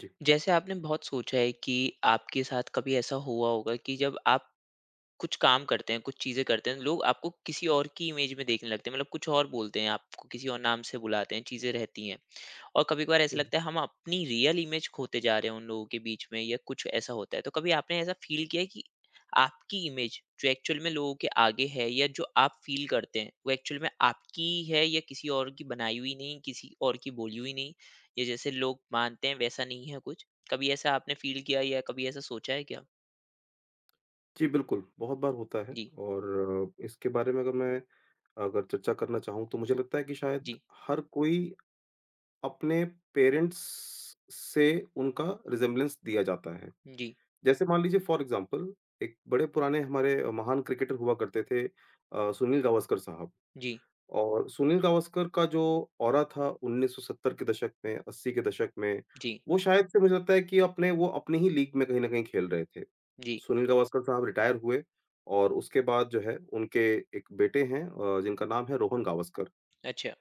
जी। जैसे आपने बहुत सोचा है कि आपके साथ कभी ऐसा हुआ होगा कि जब आप कुछ काम करते हैं कुछ चीज़ें करते हैं लोग आपको किसी और की इमेज में देखने लगते हैं मतलब कुछ और बोलते हैं आपको किसी और नाम से बुलाते हैं चीज़ें रहती हैं और कभी-कभार ऐसा हुँ। लगता है हम अपनी रियल इमेज खोते जा रहे हैं उन लोगों के बीच में या कुछ ऐसा होता है। तो कभी आपने ऐसा फ़ील किया है कि आपकी इमेज जो एक्चुअल में लोगों के आगे है या जो आप फ़ील करते हैं, वो एक्चुअल में आपकी है या किसी और की बनाई हुई नहीं, किसी और की बोली हुई नहीं या जैसे लोग मानते हैं वैसा नहीं है कुछ? कभी ऐसा आपने फ़ील किया या कभी ऐसा सोचा है क्या? जी, बिल्कुल, बहुत बार होता है। जी, और इसके बारे में अगर मैं अगर चर्चा करना चाहूँ तो मुझे लगता है कि शायद जी, हर कोई अपने पेरेंट्स से उनका रिज़ेम्बलेंस दिया जाता है। जी, जैसे मान लीजिए फ़ॉर एग्ज़ाम्पल, एक बड़े पुराने हमारे महान क्रिकेटर हुआ करते थे सुनील गावस्कर साहब। जी, और सुनील गावस्कर का जो ऑरा था 1970 के दशक में, 80 के दशक में, जी, वो शायद से मुझे लगता है कि अपने वो अपनी ही लीग में कहीं न कहीं खेल रहे थे। जी। सुनील गावस्कर साहब रिटायर हुए और उसके बाद जो है उनके एक बेटे हैं, जिनका नाम है रोहन गावस्कर। अच्छा,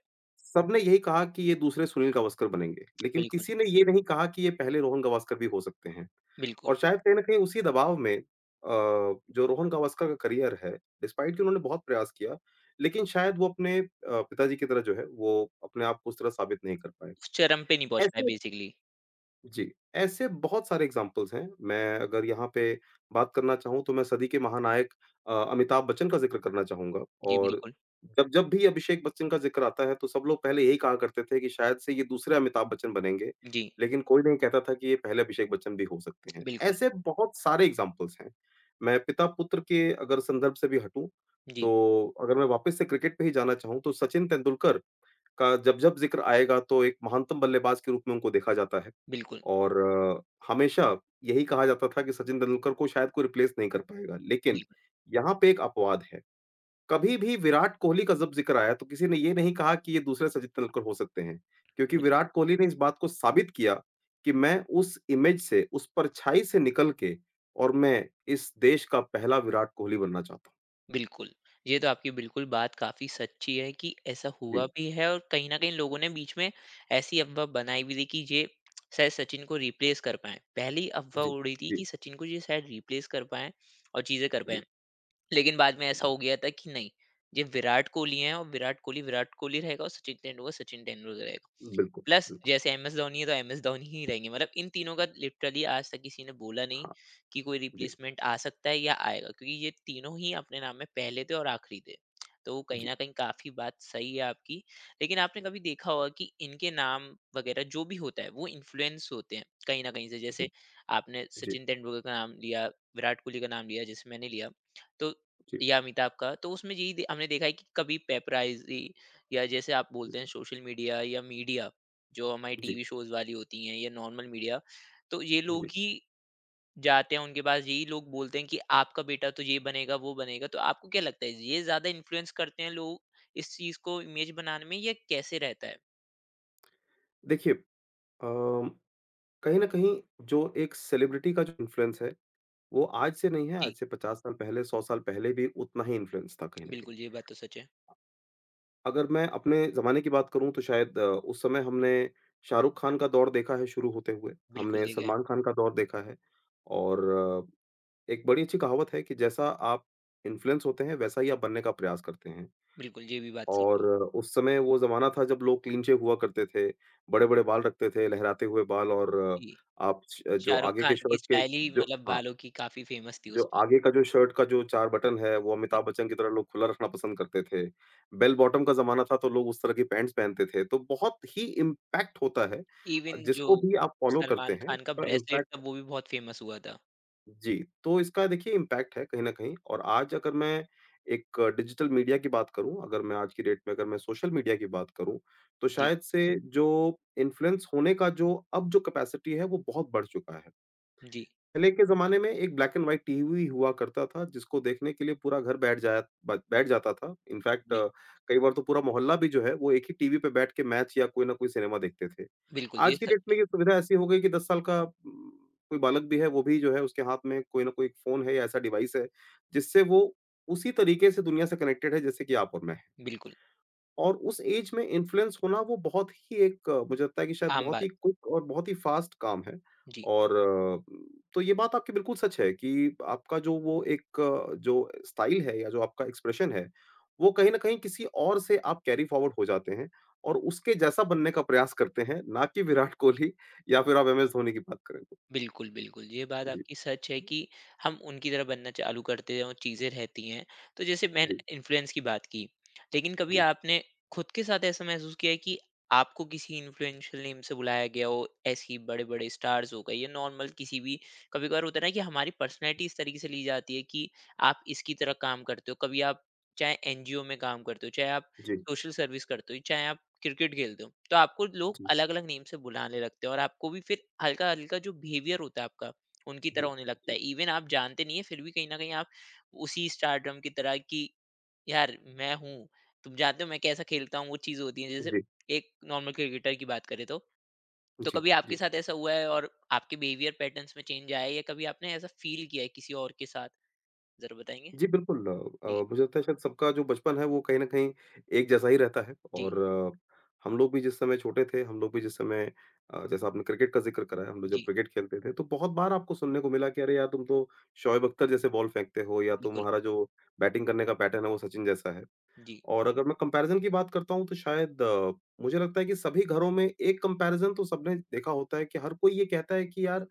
सबने यही कहा कि ये दूसरे सुनील गावस्कर बनेंगे, लेकिन बिल्कुल, किसी ने ये नहीं कहा कि ये पहले रोहन गावस्कर भी हो सकते हैं। बिल्कुल। और शायद कहीं न कहीं उसी दबाव में अ, जो रोहन गावस्कर का करियर है, डिस्पाइट कि उन्होंने बहुत प्रयास किया, लेकिन शायद वो अपने पिताजी की तरह जो है, वो अपने आप को उस तरह साबित नहीं कर पाए। उस चरम पे नहीं पहुँच पाए ऐसे बेसिकली। जी, ऐसे बहुत सारे एग्ज़ाम्पल्स हैं। मैं अगर यहाँ पे बात करना चाहूँ तो मैं सदी के महानायक अमिताभ बच्चन का ज़िक्र करना चाहूँगा। जी, और बिल्कुल। जब जब भी अभिषेक बच्चन का ज़िक्र आता है तो सब लोग पहले यही कहा करते थे कि शायद से ये दूसरे अमिताभ बच्चन बनेंगे, जी, लेकिन कोई नहीं कहता था कि ये पहले अभिषेक बच्चन भी हो सकते हैं। बिल्कुल। ऐसे बहुत सारे एग्ज़ाम्पल्स हैं। मैं पिता-पुत्र के अगर संदर्भ से भी हटूँ, जी। तो अगर मैं वापस से क्रिकेट पे ही जाना चाहूँ तो सचिन तेंदुलकर का जब-जब ज़िक्र आएगा तो एक महानतम बल्लेबाज के रूप में उनको देखा जाता है। बिल्कुल, और हमेशा यही कहा जाता था कि सचिन तेंदुलकर को शायद कोई रिप्लेस नहीं कर पाएगा। लेकिन बिल्कुल, यहाँ पे एक अपवाद है, कभी भी विराट कोहली का जब ज़िक्र आया तो किसी ने ये नहीं कहा कि ये दूसरे सचिन तेंदुलकर हो सकते हैं। क्योंकि बिल्कुल, विराट कोहली ने इस बात को साबित किया कि मैं उस इमेज से, उस परछाई से निकल के और मैं इस देश का पहला विराट कोहली बनना चाहता हूँ। बिल्कुल। ये तो आपकी बिल्कुल बात काफ़ी सच्ची है कि ऐसा जी, हुआ भी है और कहीं न कहीं लोगों ने बीच में ऐसी अफ़वाह बनाई भी थी कि ये शायद सचिन को रिप्लेस कर पाएँ। पहली अफ़वाह जी, उड़ी थी जी, कि सचिन को ये शायद रिप्लेस कर पाएँ और चीज़ें कर पाएँ। जी, लेकिन बाद में ऐसा जी। हो गया था कि नहीं, ये विराट कोहली हैं और विराट कोहली रहेगा और सचिन तेंदुलकर रहेगा। बिल्कुल, प्लस बिल्कुल। जैसे एमएस धोनी है तो एमएस धोनी ही रहेंगे। मतलब इन तीनों का लिटरली आज तक किसी ने बोला नहीं हाँ, कि कोई जी, रिप्लेसमेंट आ सकता है या आएगा, क्योंकि ये तीनों ही अपने नाम में पहले थे और आखिरी थे। तो वो कहीं जी। न कहीं काफ़ी बात सही है आपकी। लेकिन आपने कभी देखा होगा कि इनके नाम वग़ैरह जो भी होता है वो इन्फ्लुएंस होते हैं कहीं न कहीं से। जैसे आपने जी, सचिन तेंदुलकर का नाम लिया, विराट कोहली का नाम लिया जैसे मैंने लिया, तो जी, या अमिताभ का। तो उसमें यही दे हमने देखा है कि कभी पेपराइज़ी या जैसे आप बोलते हैं सोशल मीडिया या मीडिया जो हमारी जी, टीवी शोज़ वाली होती हैं या नॉर्मल मीडिया, तो ये लोग जी। ही जाते हैं उनके पास, यही लोग बोलते हैं कि आपका बेटा तो ये बनेगा, वो बनेगा। तो आपको क्या लगता है ये ज़्यादा इन्फ्लुएंस करते हैं लोग इस चीज़ को इमेज बनाने में या कैसे रहता है? देखिए, अम, कहीं न कहीं जो एक सेलिब्रिटी का जो इन्फ्लुएंस है, वो आज से नहीं है, आज जी, से 50 साल पहले, 100 साल पहले भी उतना ही इन्फ्लुएंस था कहीं न कहीं। बिल्कुल ये बात तो सच है। अगर मैं अपने ज़माने की बात करूँ तो शायद उस समय हमने शाहरुख खान का दौर देखा है शुरू होते हुए, बिल्कुल हमने देखा है। सलमान खान का दौर देखा है। और एक बड़ी अच्छी कहावत है कि जैसा आप इन्फ्लुएंस होते हैं, वैसा ही आप बनने का प्रयास करते हैं। बिल्कुल ये भी बात सच है। और उस समय वो ज़माना था जब लोग क्लीन शेव हुआ करते थे, बड़े-बड़े बाल रखते थे, लहराते हुए बाल। और जी, आप श जो शाहरुख आगे के खान की शर्ट के स्टाइल ही जो, मतलब हाँ, बालों की काफ़ी फेमस थी जो उस वक़्त आगे का जो शर्ट का जो 4 बटन है, वो की। अमिताभ बच्चन की तरह लोग खुला रखना पसंद करते थे। बेल बॉटम का ज़माना था तो लोग उस तरह की पैंट्स पहनते थे, तो बहुत ही इम्पैक्ट होता है, इवन जो जिसको भी आप फ़ॉलो करते सलमान हैं, खान का उसका ब्रेसलेट इम्पैक्ट। था वो भी बहुत फेमस हुआ था। जी, तो इसका देखिए इम्पैक्ट है कहीं न कहीं और आज अगर मैं एक डिजिटल मीडिया की बात करूँ, अगर मैं आज की डेट में अगर मैं सोशल मीडिया की बात करूँ, तो जी, शायद से जो इन्फ्लुएंस होने का जो अब जो कैपेसिटी है वो बहुत बढ़ चुका है। जी, पहले के ज़माने में एक ब्लैक एंड व्हाइट टीवी हुआ करता था, जिसको देखने के लिए पूरा घर बैठ जाया ब बैठ जाता था। इनफैक्ट जी। कई बार तो पूरा मोहल्ला भी जो है, वो एक ही टीवी पे बैठ के मैच या कोई ना कोई सिनेमा देखते थे। बिल्कुल ये आज की सच डेट में है। ये सुविधा ऐसी हो गई कि 10 साल का कोई बालक भी है, वो भी जो है उसके हाथ में कोई ना कोई फ़ोन है या ऐसा डिवाइस है, जिससे वो उसी तरीके से दुनिया से कनेक्टेड है जैसे कि आप और मैं। बिल्कुल, और उस एज में इन्फ्लुएंस होना वो बहुत ही एक, मुझे लगता है कि शायद आम बहुत बात। ही क्विक और बहुत ही फास्ट काम है। जी, और तो ये बात आपकी बिल्कुल सच है कि आपका जो वो एक, जो स्टाइल है या जो आपका एक्सप्रेशन है, वो कहीं न कहीं किसी और से आप कैरी फॉरवर्ड हो जाते हैं और उसके जैसा बनने का प्रयास करते हैं, ना कि विराट कोहली या फिर आप एमएस धोनी की बात करें तो। बिल्कुल, बिल्कुल। ये बात जी। आपकी सच है कि हम उनकी तरह बनना चालू करते हैं और चीज़ें रहती हैं। तो जैसे जी, मैंने इन्फ्लुएंस की बात की, लेकिन कभी जी, आपने खुद के साथ ऐसा महसूस किया है कि आपको किसी इन्फ्लुएंशियल नेम से बुलाया गया हो, ऐसी बड़े-बड़े स्टार्स हो गए या नॉर्मल किसी भी कभी-कभार होता है ना कि हमारी पर्सनैलिटी इस तरीके से ली जाती है कि आप इसकी तरह काम करते हो। कभी आप चाहे एनजीओ में काम करते हो, चाहे आप जी, सोशल सर्विस करते हो, चाहे आप क्रिकेट खेलते हो, तो आपको लोग जी, अलग-अलग नेम से बुलाने लगते हैं और आपको भी फिर हल्का-हल्का जो बिहेवियर होता है आपका, उनकी तरह जी, होने लगता जी, है। इवन आप जानते नहीं है, फिर भी कहीं न कहीं आप उसी स्टारडम की तरह कि, "यार, मैं हूँ, तुम जानते हो मैं कैसा खेलता हूँ," वो चीज़ होती है। जैसे जी, एक नॉर्मल क्रिकेटर की बात करें तो जी, कभी आपके जी। साथ ऐसा हुआ है और आपके बिहेवियर पैटर्न्स में चेंज आया है या कभी आपने ऐसा फ़ील किया है किसी और के साथ? ज़रा बताएँगे? जी, बिल्कुल, जी, मुझे लगता है शायद सबका जो बचपन है वो कहीं न कहीं एक जैसा ही रहता है। जी, और हम लोग भी जिस समय छोटे थे, हम लोग भी जिस समय, जैसा आपने क्रिकेट का ज़िक्र करा है, हम लोग जब जी, क्रिकेट खेलते थे तो बहुत बार आपको सुनने को मिला कि अरे यार तुम तो शोएब अख्तर जैसे बॉल फेंकते हो या बिल्कुल। तुम्हारा जो बैटिंग करने का पैटर्न है वो सचिन जैसा है। जी, और अगर मैं कंपैरिज़न की बात करता हूँ तो शायद मुझे लगता है कि सभी घरों में एक कंपैरिज़न तो सबने देखा होता है कि हर कोई ये कहता है कि यार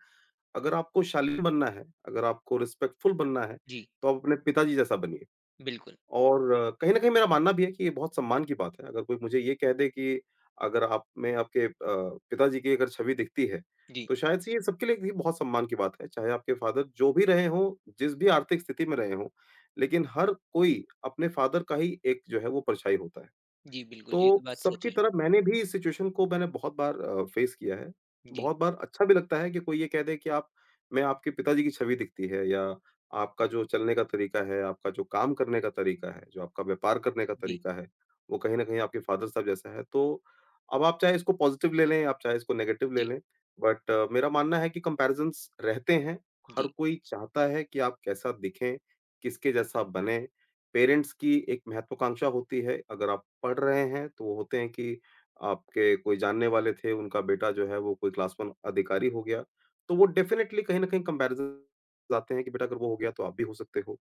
अगर आपको शालीन बनना है, अगर आपको रिस्पेक्टफुल बनना है, जी, तो आप अपने पिताजी जैसा बनिए। बिल्कुल। और कहीं न कहीं मेरा मानना भी है कि ये बहुत सम्मान की बात है। अगर कोई मुझे ये कह दे कि अगर आप में आपके पिताजी की अगर छवि दिखती है, जी। तो शायद से ये सबके लिए भी बहुत सम्मान की बात है, चाहे आपके फादर जो भी रहे हों, जिस भी आर्थिक स्थिति में रहे हों, लेकिन हर कोई अपने फादर का ही एक जो है वो परछाई होता है। जी, बिल्कुल, ये तो तो बात सच सबकी है। तरह मैंने भी इस सिचुएशन को मैंने बहुत बार फेस किया है। जी, बहुत बार अच्छा भी लगता है कि कोई ये कह दे कि आप, मैं आपके पिताजी की छवि दिखती है या आपका जो चलने का तरीका है, आपका जो काम करने का तरीका है, जो आपका व्यापार करने का जी, तरीका है, वो कहीं न कहीं आपके फादर साहब जैसा है। तो अब आप चाहे इसको पॉज़िटिव ले लें, आप चाहे इसको नेगेटिव ले जी, लें, बट मेरा मानना है कि कंपैरिज़न्स रहते हैं। जी, हर कोई चाहता है कि आप कैसा दिखें, किसके जैसा बनें। पेरेंट्स की एक महत्वाकांक्षा होती है, अगर आप पढ़ रहे हैं तो वो होते हैं कि आपके कोई जानने वाले थे, उनका बेटा जो है वो कोई क्लास 1 अधिकारी हो गया, तो वो डेफ़िनेटली कहीं न कहीं कंपैरिज़न्स आते हैं कि बेटा अगर वो हो गया तो आप भी हो सकते हो।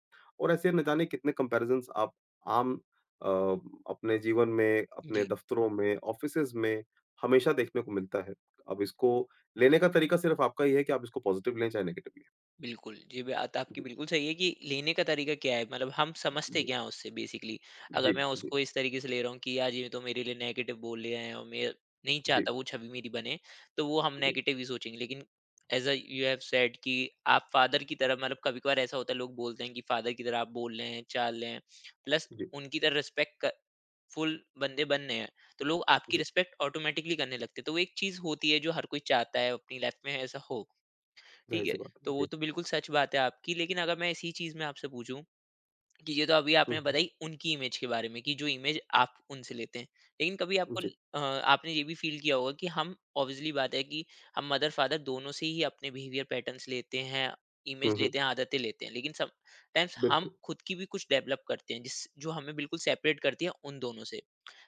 और ऐसे न जाने कितने कंपैरिज़न्स आप आम अ, अपने जीवन में, अपने जी, दफ़्तरों में, ऑफ़िसेज़ में हमेशा देखने को मिलता है। अब इसको लेने का तरीका सिर्फ़ आपका ही है कि आप इसको पॉज़िटिव लें चाहे नेगेटिव लें। बिल्कुल। ये बात आपकी जी, बिल्कुल सही है कि लेने का तरीका क्या है, मतलब हम समझते क्या हैं उससे बेसिकली। अगर जी, मैं जी, जी, उसको इस तरीके से ले रहा हूँ कि यार ये तो मेरे लिए नेगेटिव बोल रहे हैं और मैं नहीं चाहता जी, वो छवि मेरी बने, तो वो हम जी, नेगेटिव ही सोचेंगे। लेकिन as a you have said कि आप फ़ादर की तरह मतलब कभी-कभार ऐसा होता है लोग बोलते हैं कि फ़ादर की तरह आप बोल रहे हैं, चाल रहे हैं, प्लस जी, उनकी तरह रिस्पेक्ट क फुल बंदे बनने हैं तो लोग आपकी जी। रिस्पेक्ट ऑटोमेटिकली करने लगते हैं तो वो एक चीज होती है जो हर कोई चाहता है अपनी लाइफ में ऐसा हो ठीक है ज़ाहिर-सी बात है। तो वो जी। तो बिल्कुल सच बात है आपकी लेकिन अगर मैं इसी चीज में आपसे पूछूं कि ये तो अभी हुँ, आपने हुँ। बताई उनकी इमेज के बारे में कि जो इमेज आप उनसे लेते हैं। लेकिन कभी आपको जी। आपने ये भी फ़ील किया होगा कि हम ऑब्वियसली बात है कि हम मदर-फ़ादर दोनों से ही अपने बिहेवियर पैटर्न्स लेते हैं, इमेज हुँ, हुँ। लेते हैं, आदतें लेते हैं। लेकिन समटाइम्स हम बिल्कुल। खुद की भी कुछ डेवलप करते हैं जिस जो हमें बिल्कुल सेपरेट करती है उन दोनों से।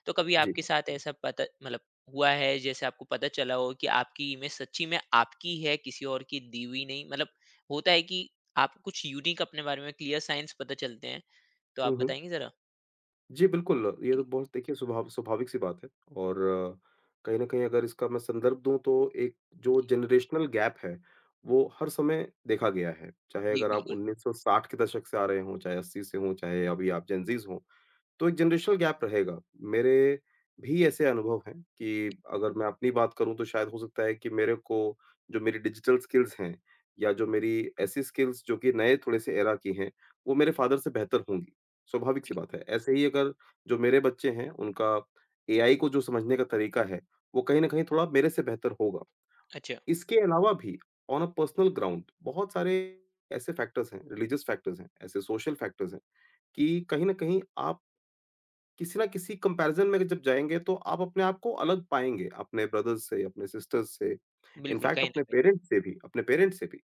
तो कभी जी। आपके साथ ऐसा पता मतलब हुआ है जैसे आपको पता चला हो कि आपकी इमेज सच्ची में आपकी है किसी और की दी हुई नहीं? मतलब होता है कि आपको कुछ यूनिक अपने बारे में क्लियर साइन्स पता चलते हैं तो आप हुँ, हुँ। बताएँगी ज़रा? जी, बिल्कुल, ये जी, तो बहुत देखिए स्वभाव स्वाभाविक-सी बात है। और कहीं न कहीं अगर इसका मैं संदर्भ दूँ तो एक जो जी, जनरेशनल गैप है, वो हर समय देखा गया है। चाहे जी, अगर आप बिल्कुल। 1960 के दशक से आ रहे हों, चाहे 80 से हों, चाहे अभी आप जेन ज़ीज़ हों। तो एक जनरेशनल गैप रहेगा। मेरे भी ऐसे अनुभव हैं कि जी, अगर मैं अपनी बात करूँ तो शायद हो सकता है कि मेरे को जो मेरी डिजिटल स्किल्स हैं या जो मेरी ऐसी स्किल्स जो कि नए थोड़े-से एरा की हैं, वो मेरे फ़ादर से बेहतर होंगी। स्वाभाविक-सी जी। बात है। ऐसे ही अगर जो मेरे बच्चे हैं उनका एआई को जो समझने का तरीका है, वो कहीं न कहीं थोड़ा मेरे से बेहतर होगा। अच्छा, इसके अलावा भी ऑन अ पर्सनल ग्राउंड बहुत सारे ऐसे फैक्टर्स हैं, रिलीजियस फैक्टर्स हैं, ऐसे सोशल फैक्टर्स हैं कि कहीं न कहीं आप किसी ना किसी कंपैरिज़न में जब जाएँगे तो आप अपने आप को अलग पाएँगे, अपने ब्रदर्स से, अपने सिस्टर्स से, बिल्कुल, इनफैक्ट कहीं न अपने कहीं। पेरेंट्स से भी अपने पेरेंट्स से भी।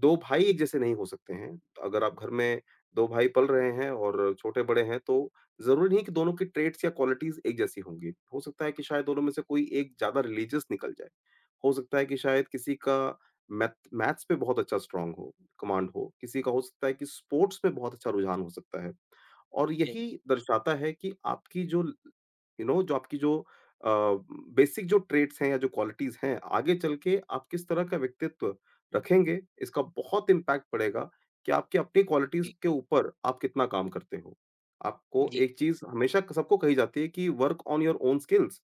2 भाई एक जैसे नहीं हो सकते हैं। अगर आप घर में 2 भाई पल रहे हैं और छोटे-बड़े हैं तो ज़रूरी नहीं कि दोनों की ट्रेड्स या क्वालिटीज़ एक जैसी होंगी। हो सकता है कि शायद दोनों में से कोई एक ज़्यादा रिलीजियस निकल जाए। हो सकता है कि शायद किसी का मैथ मैथ्स पे बहुत अच्छा स्ट्रॉन्ग हो, कमांड हो, किसी का हो सकता है कि स्पोर्ट्स में बहुत अच्छा रुझान हो सकता है। और यस, यही दर्शाता है कि आपकी जो अ, बेसिक जो ट्रेट्स हैं या जो क्वालिटीज़ हैं, आगे चल के आप किस तरह का व्यक्तित्व रखेंगे, इसका बहुत इम्पैक्ट पड़ेगा कि आपकी अपनी क्वालिटीज़ जी, के ऊपर आप कितना काम करते हो। आपको जी, एक चीज़ हमेशा सबको कही जाती है कि work on your own skills.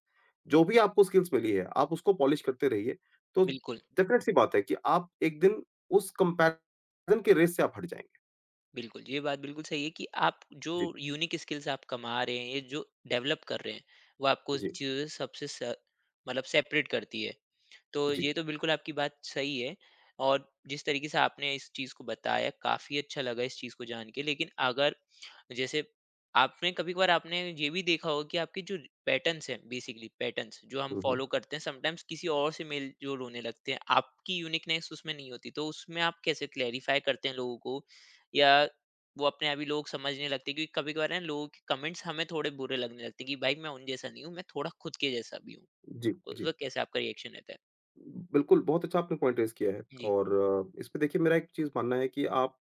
जो भी आपको स्किल्स मिली है, आप उसको पॉलिश करते रहिए। तो बिल्कुल, डेफिनेट सी बात है कि आप एक दिन उस कंपैरिज़न के रेस से आप हट जाएँगे। बिल्कुल। ये बात बिल्कुल सही है कि आप जो जी, यूनिक स्किल्स आप कमा रहे हैं, ये जो डेवलप कर रहे हैं, वो आपको उस जी, चीज़ों से सबसे स मतलब सेपरेट करती है। तो जी। ये तो बिल्कुल आपकी बात सही है और जिस तरीके से आपने इस चीज़ को बताया, काफ़ी अच्छा लगा इस चीज़ को जान के। लेकिन अगर जैसे आपने कभी-कभार आपने ये भी देखा होगा कि आपके जो पैटर्न्स हैं बेसिकली पैटर्न्स जो हम हुँ, हुँ। फॉलो करते हैं समटाइम्स किसी और से मेल-जोल होने लगते हैं, आपकी यूनिकनेस उसमें नहीं होती। तो उसमें आप कैसे क्लैरिफ़ाई करते हैं लोगों को या वो अपने आप ही लोग समझने लगते हैं? क्योंकि कभी-कभार ना लोगों के कमेंट्स हमें थोड़े बुरे लगने लगते हैं कि भाई मैं उन जैसा नहीं हूँ, मैं थोड़ा खुद के जैसा भी हूँ। जी, तो उस जी। वक़्त कैसे आपका रिएक्शन रहता है? बिल्कुल, बहुत अच्छा आपने पॉइंट रेज़ किया है। जी, और इसमें देखिए मेरा एक चीज़ मानना है कि आप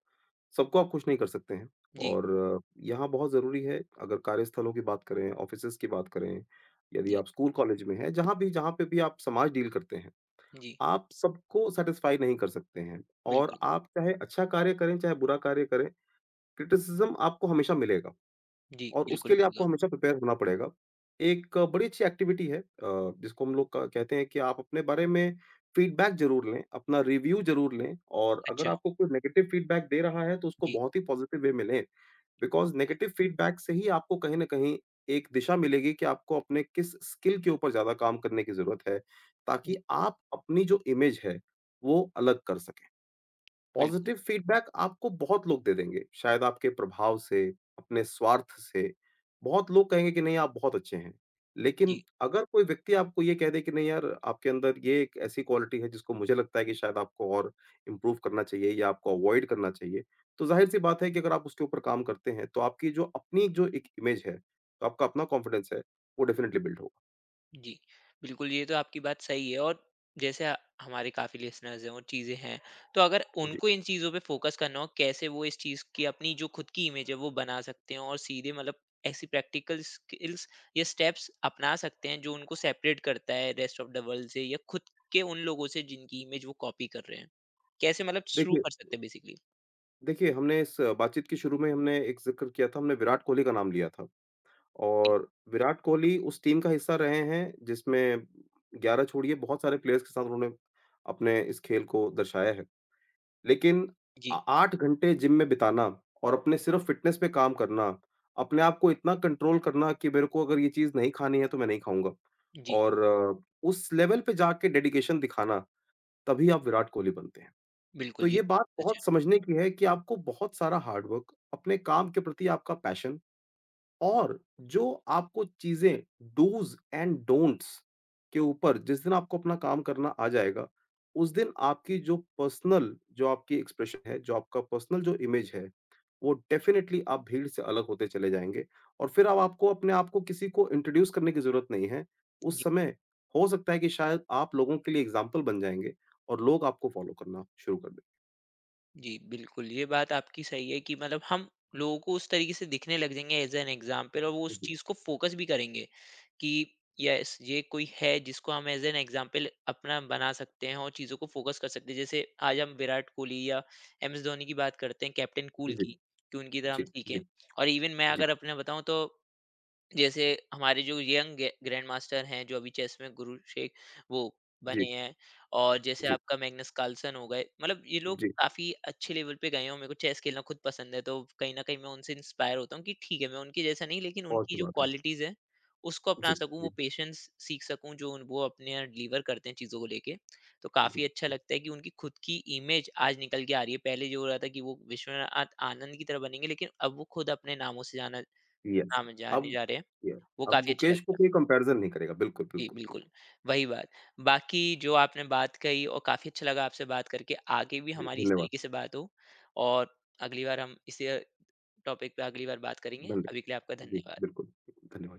सबको आप खुश नहीं कर सकते हैं। जी, और यहाँ बहुत ज़रूरी है अगर कार्यस्थलों की बात करें, ऑफ़िसेज़ की बात करें, यदि जी, आप स्कूल-कॉलेज में हैं, जहाँ पे भी आप समाज डील करते हैं, जी, आप सबको सैटिस्फ़ाई नहीं कर सकते हैं। और बिल्कुल। आप चाहे अच्छा कार्य करें, चाहे बुरा कार्य करें, क्रिटिसिज़्म आपको हमेशा मिलेगा। जी, और बिल्कुल उसके लिए आपको मिलेगा। हमेशा प्रिपेयर होना पड़ेगा। एक बड़ी अच्छी एक्टिविटी है, जिसको हम लोग क कहते हैं कि आप अपने बारे में फीडबैक ज़रूर लें, अपना रिव्यू ज़रूर लें और अगर अच्छा, आपको कोई नेगेटिव फीडबैक दे रहा है, तो उसको जी, बहुत ही पॉज़िटिव वे में लें। बिकॉज़ ओके, नेगेटिव फीडबैक से ही आपको कहीं न कहीं एक दिशा मिलेगी कि आपको अपने किस स्किल के ऊपर ज़्यादा काम करने की ज़रूरत है, जी, ताकि आप अपनी जो इमेज है, वो अलग कर सकें। बिल्कुल, पॉजिटिव फीडबैक आपको बहुत लोग दे देंगे, शायद आपके प्रभाव से, अपने स्वार्थ से। बहुत लोग कहेंगे कि नहीं आप बहुत अच्छे हैं। जी। लेकिन अगर कोई व्यक्ति आपको ये कह दे कि नहीं यार आपके अंदर ये एक ऐसी क्वालिटी है जिसको मुझे लगता है कि शायद आपको और इम्प्रूव करना चाहिए या आपको अवॉइड करना चाहिए। तो ज़ाहिर-सी बात है कि अगर आप उसके ऊपर काम करते हैं तो आपकी जो अपनी जो एक इमेज है, तो आपका अपना कॉन्फिडेंस है, वो डेफिनिटली बिल्ड होगा। जी, बिल्कुल, ये तो आपकी बात सही है और जैसे हमारे काफ़ी लिसनर्स हैं और चीज़ें हैं, तो अगर जी, उनको इन चीज़ों पे फ़ोकस करना हो, कैसे वो इस चीज़ की अपनी जो खुद की इमेज है, वो बना सकते हैं और सीधे मतलब ऐसी प्रैक्टिकल स्किल्स या स्टेप्स अपना सकते हैं, जो उनको सेपरेट करता है रेस्ट ऑफ द वर्ल्ड से या खुद के उन लोगों से जिनकी इमेज वो कॉपी कर रहे हैं? कैसे मतलब शुरू देखिए कर सकते हैं बेसिकली? देखिए हमने इस बातचीत के शुरू में हमने एक ज़िक्र किया था, हमने विराट कोहली का नाम लिया था। जी, और विराट कोहली उस टीम का हिस्सा रहे हैं जिसमें 11 छोड़िए बहुत सारे प्लेयर्स के साथ उन्होंने अपने इस खेल को दर्शाया है। लेकिन आ जी, 8 घंटे जिम में बिताना और अपने सिर्फ़ फ़िटनेस पे काम करना, अपने आप को इतना कंट्रोल करना कि मेरे को अगर ये चीज़ नहीं खानी है तो मैं नहीं खाऊँगा। जी, और उस लेवल पे जाके डेडिकेशन दिखाना, तभी आप विराट कोहली बनते हैं। बिल्कुल, तो ये ये बात अच्छा। बहुत समझने की है कि आपको बहुत सारा हार्ड वर्क, अपने काम के प्रति आपका पैशन और जो आपको चीज़ें डूज़ एंड डोंट्स के ऊपर जिस दिन आपको अपना काम करना आ जाएगा, उस दिन आपकी जो पर्सनल जो आपकी एक्सप्रेशन है, जो आपका पर्सनल जो इमेज है, वो डेफ़िनेटली आप भीड़ से अलग होते चले जाएँगे और फिर अब आपको अपने आप को किसी को इंट्रोड्यूस करने की ज़रूरत नहीं है। उस समय हो सकता है कि शायद आप लोगों के लिए एग्ज़ाम्पल बन जाएँगे और लोग आपको फ़ॉलो करना शुरू कर दें। जी, बिल्कुल, ये बात आपकी सही है कि मतलब हम लोगों को उस तरीके से दिखने लग जाएँगे एज़ एन एग्ज़ाम्पल और वो उस जी, चीज़ को फ़ोकस भी करेंगे कि येस, ये कोई है जिसको हम एज़ एन एग्ज़ाम्पल अपना बना सकते हैं और चीज़ों को फ़ोकस कर सकते हैं। जैसे आज हम विराट कोहली या एम एस धोनी की बात करते हैं, कैप्टन कूल जी, जी, की, कि उनकी तरह जी, हम सीखें। जी, और इवन मैं अगर अपना बताऊँ तो जैसे हमारे जो यंग ग्रैंड मास्टर हैं जो अभी चेस में गुरु शेख वो बने जी, हैं और जैसे जी, आपका मैग्नस कार्लसन हो गए मतलब ये लोग जी, काफी अच्छे लेवल पे गए हैं और मेरे को चेस खेलना खुद पसंद है तो कहीं ना कहीं मैं उनसे इंस्पायर होता हूँ कि ठीक है मैं उनके जैसा नहीं लेकिन उनकी बहुत-सी जो बात है। क्वालिटीज है उसको अपना जी, सकूं वो जी, पेशेंस सीख सकूं जो वो अपने डिलीवर करते हैं चीज़ों को लेके तो काफ़ी अच्छा जी। लगता है कि उनकी खुद की इमेज आज निकल के आ रही है पहले जो हो रहा था कि वो विश्वनाथ आनंद की तरह बनेंगे लेकिन अब वो खुद अपने नामों से जाना यस, नाम जाने अब जा रहे हैं यस, वो अब काफ़ी अच्छा गुकेश लगता को है। कोई कंपैरिज़न नहीं करेगा। बिल्कुल, जी, बिल्कुल, बिल्कुल, बिल्कुल। वही बात। बाकी जो आपने बात कही और काफ़ी अच्छा लगा आपसे बात करके, आगे भी जी, हमारी इस धन्यवाद। तरीके से बात हो और अगली बार हम इसी टॉपिक पे अगली बार बात करेंगे। धन्य अभी के लिए आपका जी, धन्यवाद। बिल्कुल, धन्यवाद।